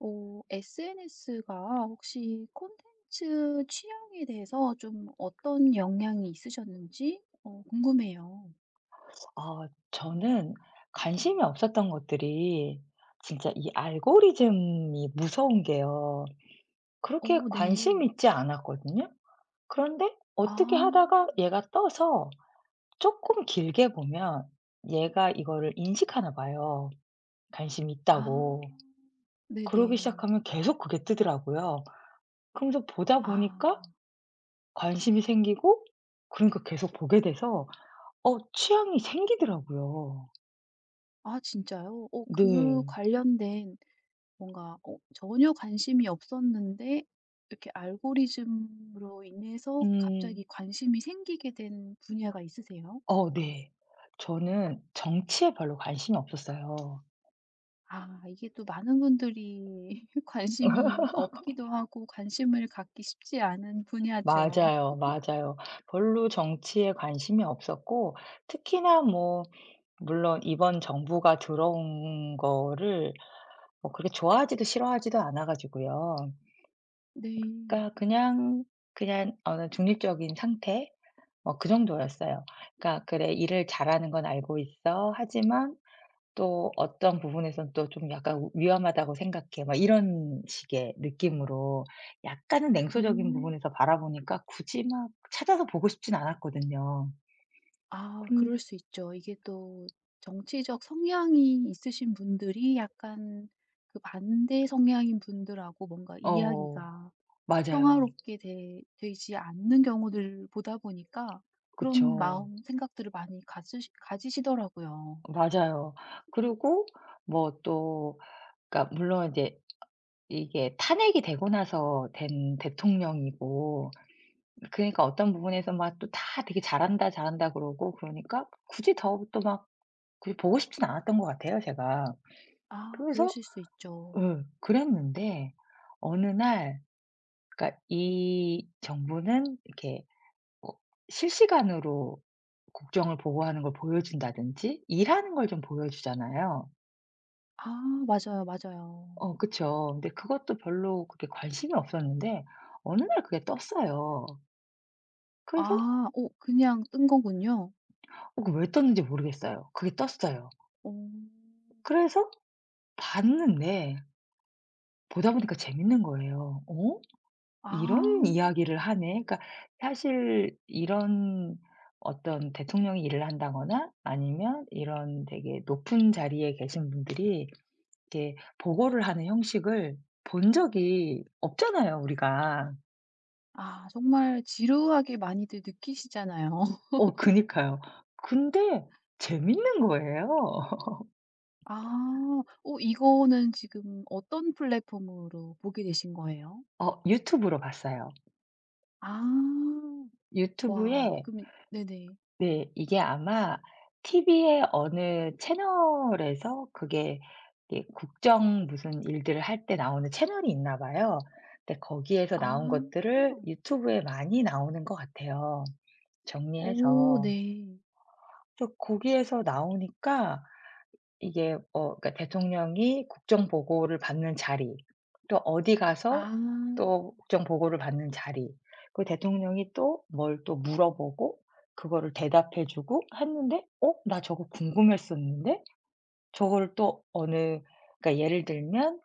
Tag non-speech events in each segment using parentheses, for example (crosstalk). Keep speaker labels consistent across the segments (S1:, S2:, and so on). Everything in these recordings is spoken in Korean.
S1: SNS가 혹시 콘텐츠 취향에 대해서 좀 어떤 영향이 있으셨는지 궁금해요.
S2: 아 저는 관심이 없었던 것들이 진짜 이 알고리즘이 무서운 게요.
S1: 어,
S2: 그렇게
S1: 네.
S2: 관심 있지 않았거든요. 그런데
S1: 아,
S2: 어떻게 하다가 얘가 떠서 조금 길게 보면 얘가 이거를 인식하나 봐요, 관심이
S1: 아,
S2: 있다고. 그러기
S1: 네네.
S2: 시작하면 계속 그게 뜨더라고요. 그러면서 보다
S1: 아,
S2: 보니까 관심이 생기고 그러니까 계속 보게 돼서 취향이 생기더라고요.
S1: 아, 진짜요? 어, 그
S2: 네.
S1: 관련된 뭔가 전혀 관심이 없었는데 이렇게 알고리즘으로 인해서 갑자기
S2: 음.
S1: 관심이 생기게 된 분야가 있으세요?
S2: 네. 저는 정치에 별로 관심이 없었어요.
S1: 아, 이게 또 많은 분들이 (laughs) 관심이 없기도 하고 관심을 갖기 쉽지 않은 분야죠.
S2: 맞아요, 맞아요. 별로 정치에 관심이 없었고 특히나 뭐 물론 이번 정부가 들어온 거를 뭐 그렇게 좋아하지도 싫어하지도 않아 가지고요.
S1: 네.
S2: 그러니까 그냥 어느 중립적인 상태, 뭐 그 정도였어요. 그러니까 '그래, 일을 잘하는 건 알고 있어. 하지만 또 어떤 부분에선 또 좀 약간 우 위험하다고 생각해. 막 이런 식의 느낌으로 약간은 냉소적인
S1: 음.
S2: 부분에서 바라보니까 굳이 막 찾아서 보고 싶진 않았거든요.
S1: 아,
S2: 근
S1: 그럴 수 있죠. 이게 또 정치적 성향이 있으신 분들이 약간 그 반대 성향인 분들하고 뭔가
S2: 어
S1: 이야기가
S2: 맞아요.
S1: 평화롭게 되 되지 않는 경우들 보다 보니까 그런
S2: 그쵸.
S1: 마음, 생각들을 많이 가지시더라고요.
S2: 맞아요. 그리고 뭐 또 그러니까 물론 이제 이게 탄핵이 되고 나서 된 대통령이고 그러니까 어떤 부분에서 막 또 다 되게 "잘한다, 잘한다." 그러고, 그러니까 굳이 더 또 막 굳이 보고 싶진 않았던 것 같아요 제가.
S1: 아,
S2: 그래서
S1: 그러실 수 있죠.
S2: 예 그랬는데 어느 날, 그러니까 이 정부는 이렇게 뭐 실시간으로 국정을 보고하는 걸 보여준다든지 일하는 걸 좀 보여주잖아요.
S1: 아, 맞아요, 맞아요.
S2: 그쵸. 근데 그것도 별로 그렇게 관심이 없었는데 어느 날 그게 떴어요. 그래서
S1: 아. 어, 그냥 뜬 거군요.
S2: 그왜 떴는지 모르겠어요. 그게 떴어요.
S1: 어.
S2: 그래서 봤는데 보다 보니까 재밌는 거예요. 어? "이런
S1: 아.
S2: 이야기를 하네." 그러니까 사실 이런, 어떤 대통령이 일을 한다거나 아니면 이런 되게 높은 자리에 계신 분들이 이렇게 보고를 하는 형식을 본 적이 없잖아요, 우리가.
S1: 아, 정말 지루하게 많이들 느끼시잖아요. (laughs)
S2: 그니까요. 근데 재밌는 거예요. (laughs)
S1: 아. 어, 이거는 지금 어떤 플랫폼으로 보게 되신 거예요?
S2: 유튜브로 봤어요.
S1: 아. 와.
S2: 유튜브에.
S1: 그러면 네네.
S2: 네. 이게 아마 TV의 어느 채널에서 그게 이게 국정 무슨 일들을 할 때 나오는 채널이 있나 봐요. 근데 거기에서 나온
S1: 아.
S2: 것들을 유튜브에 많이 나오는 것 같아요,
S1: 오,
S2: 정리해서.
S1: 네.
S2: 그서 거기에서 나오니까 이게, 그러니까 대통령이 국정 보고를 받는 자리, 또 어디 가서
S1: 아.
S2: 또 국정 보고를 받는 자리, 그 대통령이 또 뭘 또 물어보고 그거를 대답해 주고 했는데 '어 나 저거 궁금했었는데?' 저거를 또 어느, 그러니까 예를 들면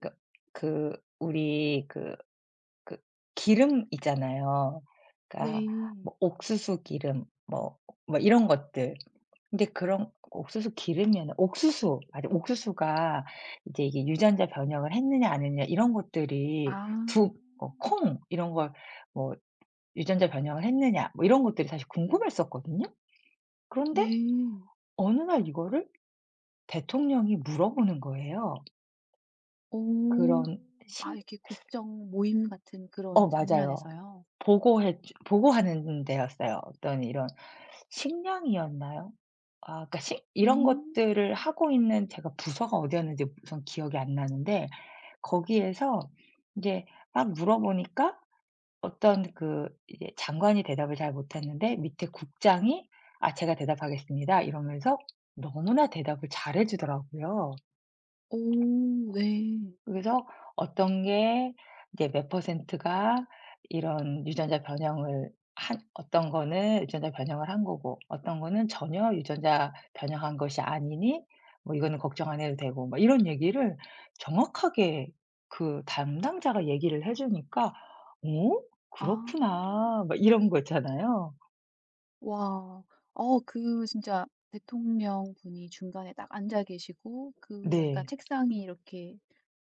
S2: 그 그 우리 그 기름 있잖아요. 그러니까
S1: 네.
S2: 뭐 옥수수 기름, 뭐 이런 것들. 근데 그런 옥수수 기르면은 옥수수 맞아. 옥수수가 이제 이게 유전자 변형을 했느냐 안 했느냐 이런 것들이,
S1: 아.
S2: 두 어 콩 이런 걸 뭐 유전자 변형을 했느냐 뭐 이런 것들이 사실 궁금했었거든요. 그런데
S1: 네.
S2: 어느 날 이거를 대통령이 물어보는 거예요.
S1: 오,
S2: 그런
S1: 아,
S2: 식.
S1: 이렇게 국정 모임 같은 그런
S2: 맞아요.
S1: 장면에서요?
S2: 보고해 주 보고하는 데였어요. 어떤 이런 식량이었나요? 아 그러니까 식 이런
S1: 음.
S2: 것들을 하고 있는 제가, 부서가 어디였는지 우선 기억이 안 나는데, 거기에서 인제 막 물어보니까 어떤 그 이제 장관이 대답을 잘 못했는데 밑에 국장이 "아 제가 대답하겠습니다." 이러면서 너무나 대답을 잘해 주더라고요.
S1: 오, 네.
S2: 그래서 어떤 게 이제 몇 퍼센트가 이런 유전자 변형을 한, 어떤 거는 유전자 변형을 한 거고 어떤 거는 전혀 유전자 변형한 것이 아니니 뭐 이거는 걱정 안 해도 되고, 막 이런 얘기를 정확하게 그 담당자가 얘기를 해 주니까 '어
S1: 아,
S2: 그렇구나.' 막 이런 거 있잖아요.
S1: 와. 어, 그 진짜 대통령분이 중간에 딱 앉아 계시고 그 약간
S2: 네.
S1: 책상이 이렇게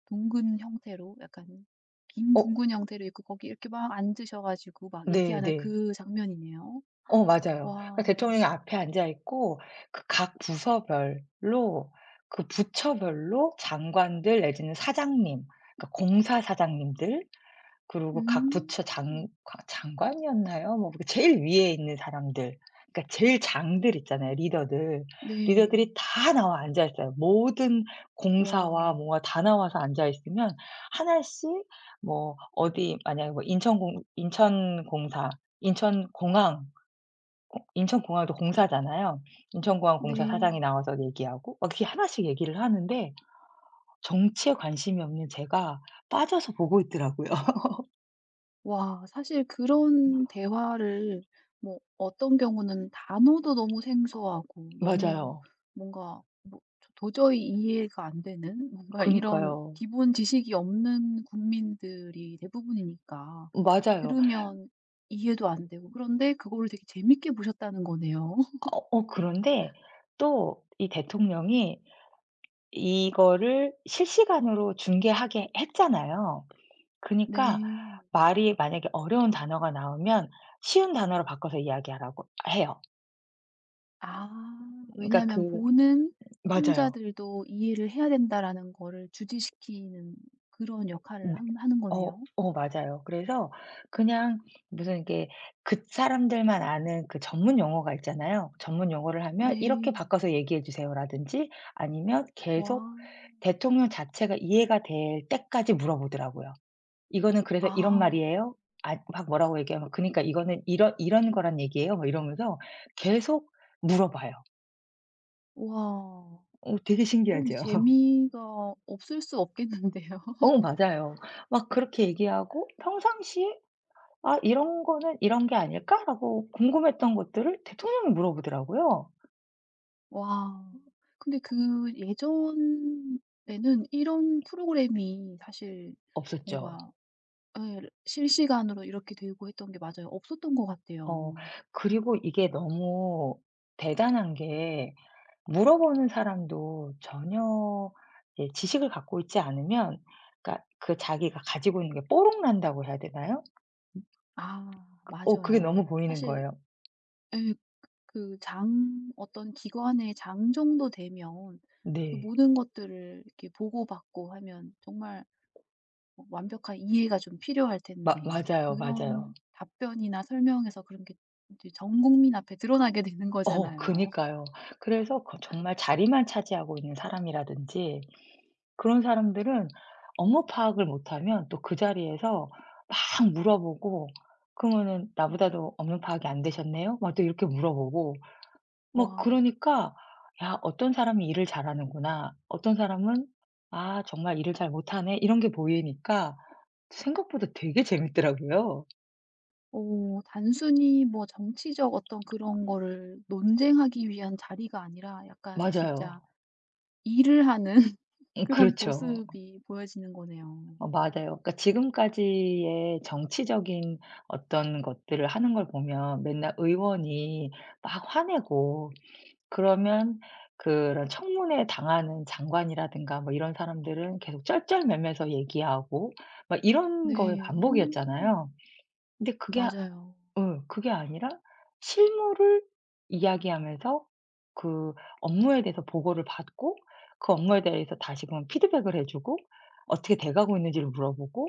S1: 둥근 형태로 약간 긴
S2: 어
S1: 둥근 형태로 있고 거기 이렇게 막 앉으셔 가지고 막 얘기하는
S2: 네네.
S1: 그 장면이네요.
S2: 맞아요. 그러니까
S1: 와.
S2: 대통령이 앞에 앉아 있고 그 각 부서별로, 그 부처별로 장관들 내지는 사장님, 그러니까 공사 사장님들, 그리고 각 부처
S1: 음.
S2: 장관이었나요? 뭐 그 제일 위에 있는 사람들, 그러니까 제일 장들 있잖아요, 리더들.
S1: 네.
S2: 리더들이 다 나와 앉아 있어요. 모든 공사와
S1: 와.
S2: 뭐가 다 나와서 앉아 있으면 하나씩, 뭐 어디 만약에 뭐 인천공사, 인천공항 인천공항도 공사잖아요. 인천공항 공사
S1: 네.
S2: 사장이 나와서 얘기하고 막 이렇게 하나씩 얘기를 하는데 정치에 관심이 없는 제가 빠져서 보고 있더라고요. (laughs)
S1: 와, 사실 그런 대화를 뭐 어떤 경우는 단어도 너무 생소하고 너무
S2: 맞아요.
S1: 뭔가 뭐 도저히 이해가 안 되는 뭔가 이런
S2: 그니까요.
S1: 기본 지식이 없는 국민들이 대부분이니까
S2: 맞아요.
S1: 들으면 이해도 안 되고 그런데 그거를 되게 재밌게 보셨다는 거네요. (laughs)
S2: 그런데 또 이 대통령이 이거를 실시간으로 중계하게 했잖아요. 그니까 러
S1: 네.
S2: 말이 만약에 어려운 단어가 나오면 쉬운 단어로 바꿔서 이야기하라고 해요.
S1: 아,
S2: 그러니까
S1: 왜냐하면 보는
S2: 맞아요.
S1: 청자들도 이해를 해야 된다라는 거를 주지시키는 그런 역할을 한 하는
S2: 어
S1: 거네요.
S2: 맞아요. 그래서 그냥 무슨 이게 그 사람들만 아는 그 전문 용어가 있잖아요. 전문 용어를 하면 "이렇게
S1: 네.
S2: 바꿔서 얘기해 주세요."라든지, 아니면
S1: 와.
S2: 계속 대통령 자체가 이해가 될 때까지 물어보더라고요. "이거는 그래서 이런
S1: 아.
S2: 말이에요?" 아 막 뭐라고 얘기하면 "그니까 러 이거는 이런 이런 거란 얘기예요?" 뭐 이러면서 계속 물어봐요.
S1: 와.
S2: 되게
S1: 어, 근데
S2: 신기하죠. (laughs)
S1: 재미가 없을 수 없겠는데요. (laughs)
S2: 맞아요. 막 그렇게 얘기하고, 평상시에 '아 이런 거는 이런 게 아닐까?'라고 궁금했던 것들을 대통령이 물어보더라고요.
S1: 와. 근데 그 예전에는 이런 프로그램이 사실
S2: 없었죠.
S1: 뭔가 예, 실시간으로 이렇게 되고 했던 게 맞아요. 없었던 것
S2: 어
S1: 같아요.
S2: 그리고 이게 너무 대단한 게, 물어보는 사람도 전혀 이제 지식을 갖고 있지 않으면 그러니까 그 자기가 가지고 있는 게 뽀록 난다고 해야 되나요?
S1: 아,
S2: 그게 너무
S1: 맞아요.
S2: 보이는
S1: 사실
S2: 거예요.
S1: 예, 그 장, 어떤 기관의 장 정도 되면 그
S2: 네.
S1: 모든 것들을 이렇게 보고받고 하면 정말 어, 완벽한 이해가 좀 필요할
S2: 마
S1: 텐데
S2: 맞아요, 맞아요.
S1: 그런 답변이나 설명에서 그런 게 이제 전 국민 앞에 드러나게 되는 거잖아요. (laughs)
S2: 그니까요. 그래서 정말 자리만 차지하고 있는 사람이라든지 그런 사람들은 업무 파악을 못하면 또 그 자리에서 막 물어보고 그러면은 "나보다도 업무 파악이 안 되셨네요?" 막 또 이렇게 물어보고, 막
S1: 와.
S2: 그러니까 '야 어떤 사람이 일을 잘하는구나. 어떤 사람은 아 정말 일을 잘 못하네.' 이런 게 보이니까 생각보다 되게 재밌더라고요.
S1: 오, 단순히 뭐 정치적 어떤 그런 거를 논쟁하기 위한 자리가 아니라 약간
S2: 맞아요.
S1: 진짜 일을 하는 (laughs) 그런
S2: 그렇죠.
S1: 모습이 보여지는 거네요.
S2: 맞아요. 그러니까 지금까지의 정치적인 어떤 것들을 하는 걸 보면 맨날 의원이 막 화내고, 그러면 그런 청문회 당하는 장관이라든가 뭐 이런 사람들은 계속 쩔쩔매면서 얘기하고, 막 이런 거의
S1: 네. 음.
S2: 반복이었잖아요. 근데 그게 아-
S1: 맞아요.
S2: 어 그게 아니라 실무를 이야기하면서 그 업무에 대해서 보고를 받고, 그 업무에 대해서 다시금 피드백을 해 주고, 어떻게 돼 가고 있는지를 물어보고,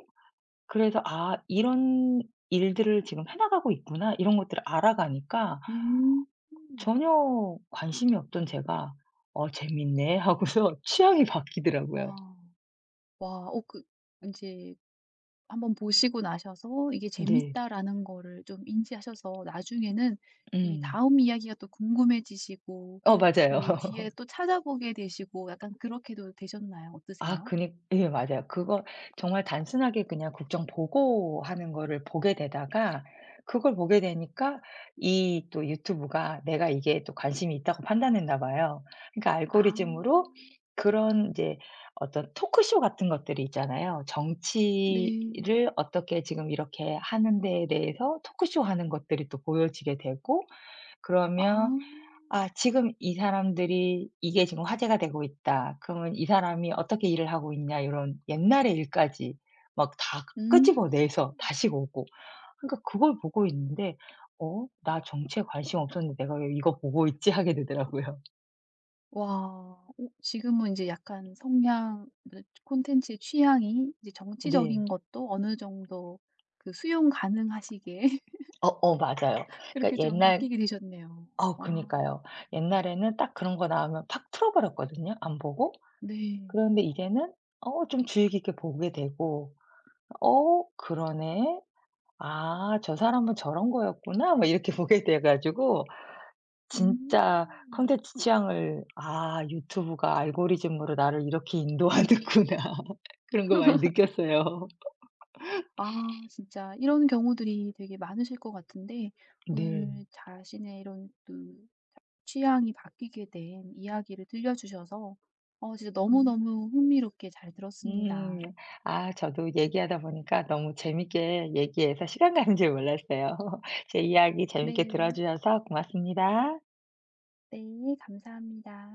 S2: 그래서 '아 이런 일들을 지금 해 나가고 있구나.' 이런 것들을 알아가니까
S1: 음.
S2: 전혀 관심이 없던 제가 '어 재밌네.' 하고서 (laughs) 취향이 바뀌더라고요.
S1: 와. 와. 어그이제 한번 보시고 나셔서 '이게
S2: 네.
S1: 재밌다.'라는 거를 좀 인지하셔서 나중에는 이
S2: 음.
S1: 다음 이야기가 또 궁금해지시고
S2: 맞아요.
S1: 그 뒤에 또 찾아보게 되시고 약간 그렇게도 되셨나요?
S2: 아
S1: 어떠세요?
S2: 그니 예 맞아요. 그거 정말 단순하게 그냥 국정 보고하는 거를 보게 되다가, 그걸 보게 되니까 이 또 유튜브가 내가 이게 또 관심이 있다고 판단했나 봐요. 그러니까
S1: 아,
S2: 알고리즘으로 그런 이제 어떤 토크쇼 같은 것들이 있잖아요.
S1: 네.
S2: 정치를 어떻게 지금 이렇게 하는 데에 대해서 토크쇼 하는 것들이 또 보여지게 되고,
S1: 아.
S2: 그러면 '아 지금 이 사람들이 이게 지금 화제가 되고 있다. 그러면 이 사람이 어떻게 일을 하고 있냐.' 이런 옛날의 일까지 막 다
S1: 음.
S2: 끄집어내서 다시 보고, 그러니까 그걸 보고 있는데 '어 나 정치에 관심 없었는데 내가 왜 이거 보고 있지?' 하게 되더라고요. (laughs)
S1: 와. 어, 지금은 이제 약간 성향 뭐, 콘텐츠의 취향이 이제
S2: 네.
S1: 정치적인 것도 어느 정도 그 수용 가능하시게 (laughs)
S2: 어어 맞아요. 그러니까
S1: 이렇게 좀
S2: 옛날
S1: 바뀌게 되셨네요.
S2: 어
S1: 와.
S2: 그니까요. 옛날에는 딱 그런 거 나오면 팍 틀어 버렸거든요, 안 보고.
S1: 네.
S2: 그런데 이제는 좀 주의 깊게 보게 되고 '어 그러네. 아 저 사람은 저런 거였구나.' 뭐 이렇게 (laughs) 보게 돼 가지고 진짜
S1: 음.
S2: 콘텐츠 취향을 '아 유튜브가 알고리즘으로 나를 이렇게 인도하는구나.' (laughs) 그런 거 많이 느꼈어요.
S1: 아, 진짜 이런 경우들이 되게 많으실 것 같은데
S2: 네.
S1: 오늘 자신의 이런 그 취향이 바뀌게 된 이야기를 들려 주셔서 어, 진짜
S2: 음.
S1: 너무너무 흥미롭게 잘 들었습니다.
S2: 음. 아 저도 얘기하다 보니까 너무 재밌게 얘기해서 시간 가는 줄 몰랐어요. (laughs) 제 이야기 재밌게 들어
S1: 네.
S2: 주셔서 고맙습니다.
S1: 네. 감사합니다.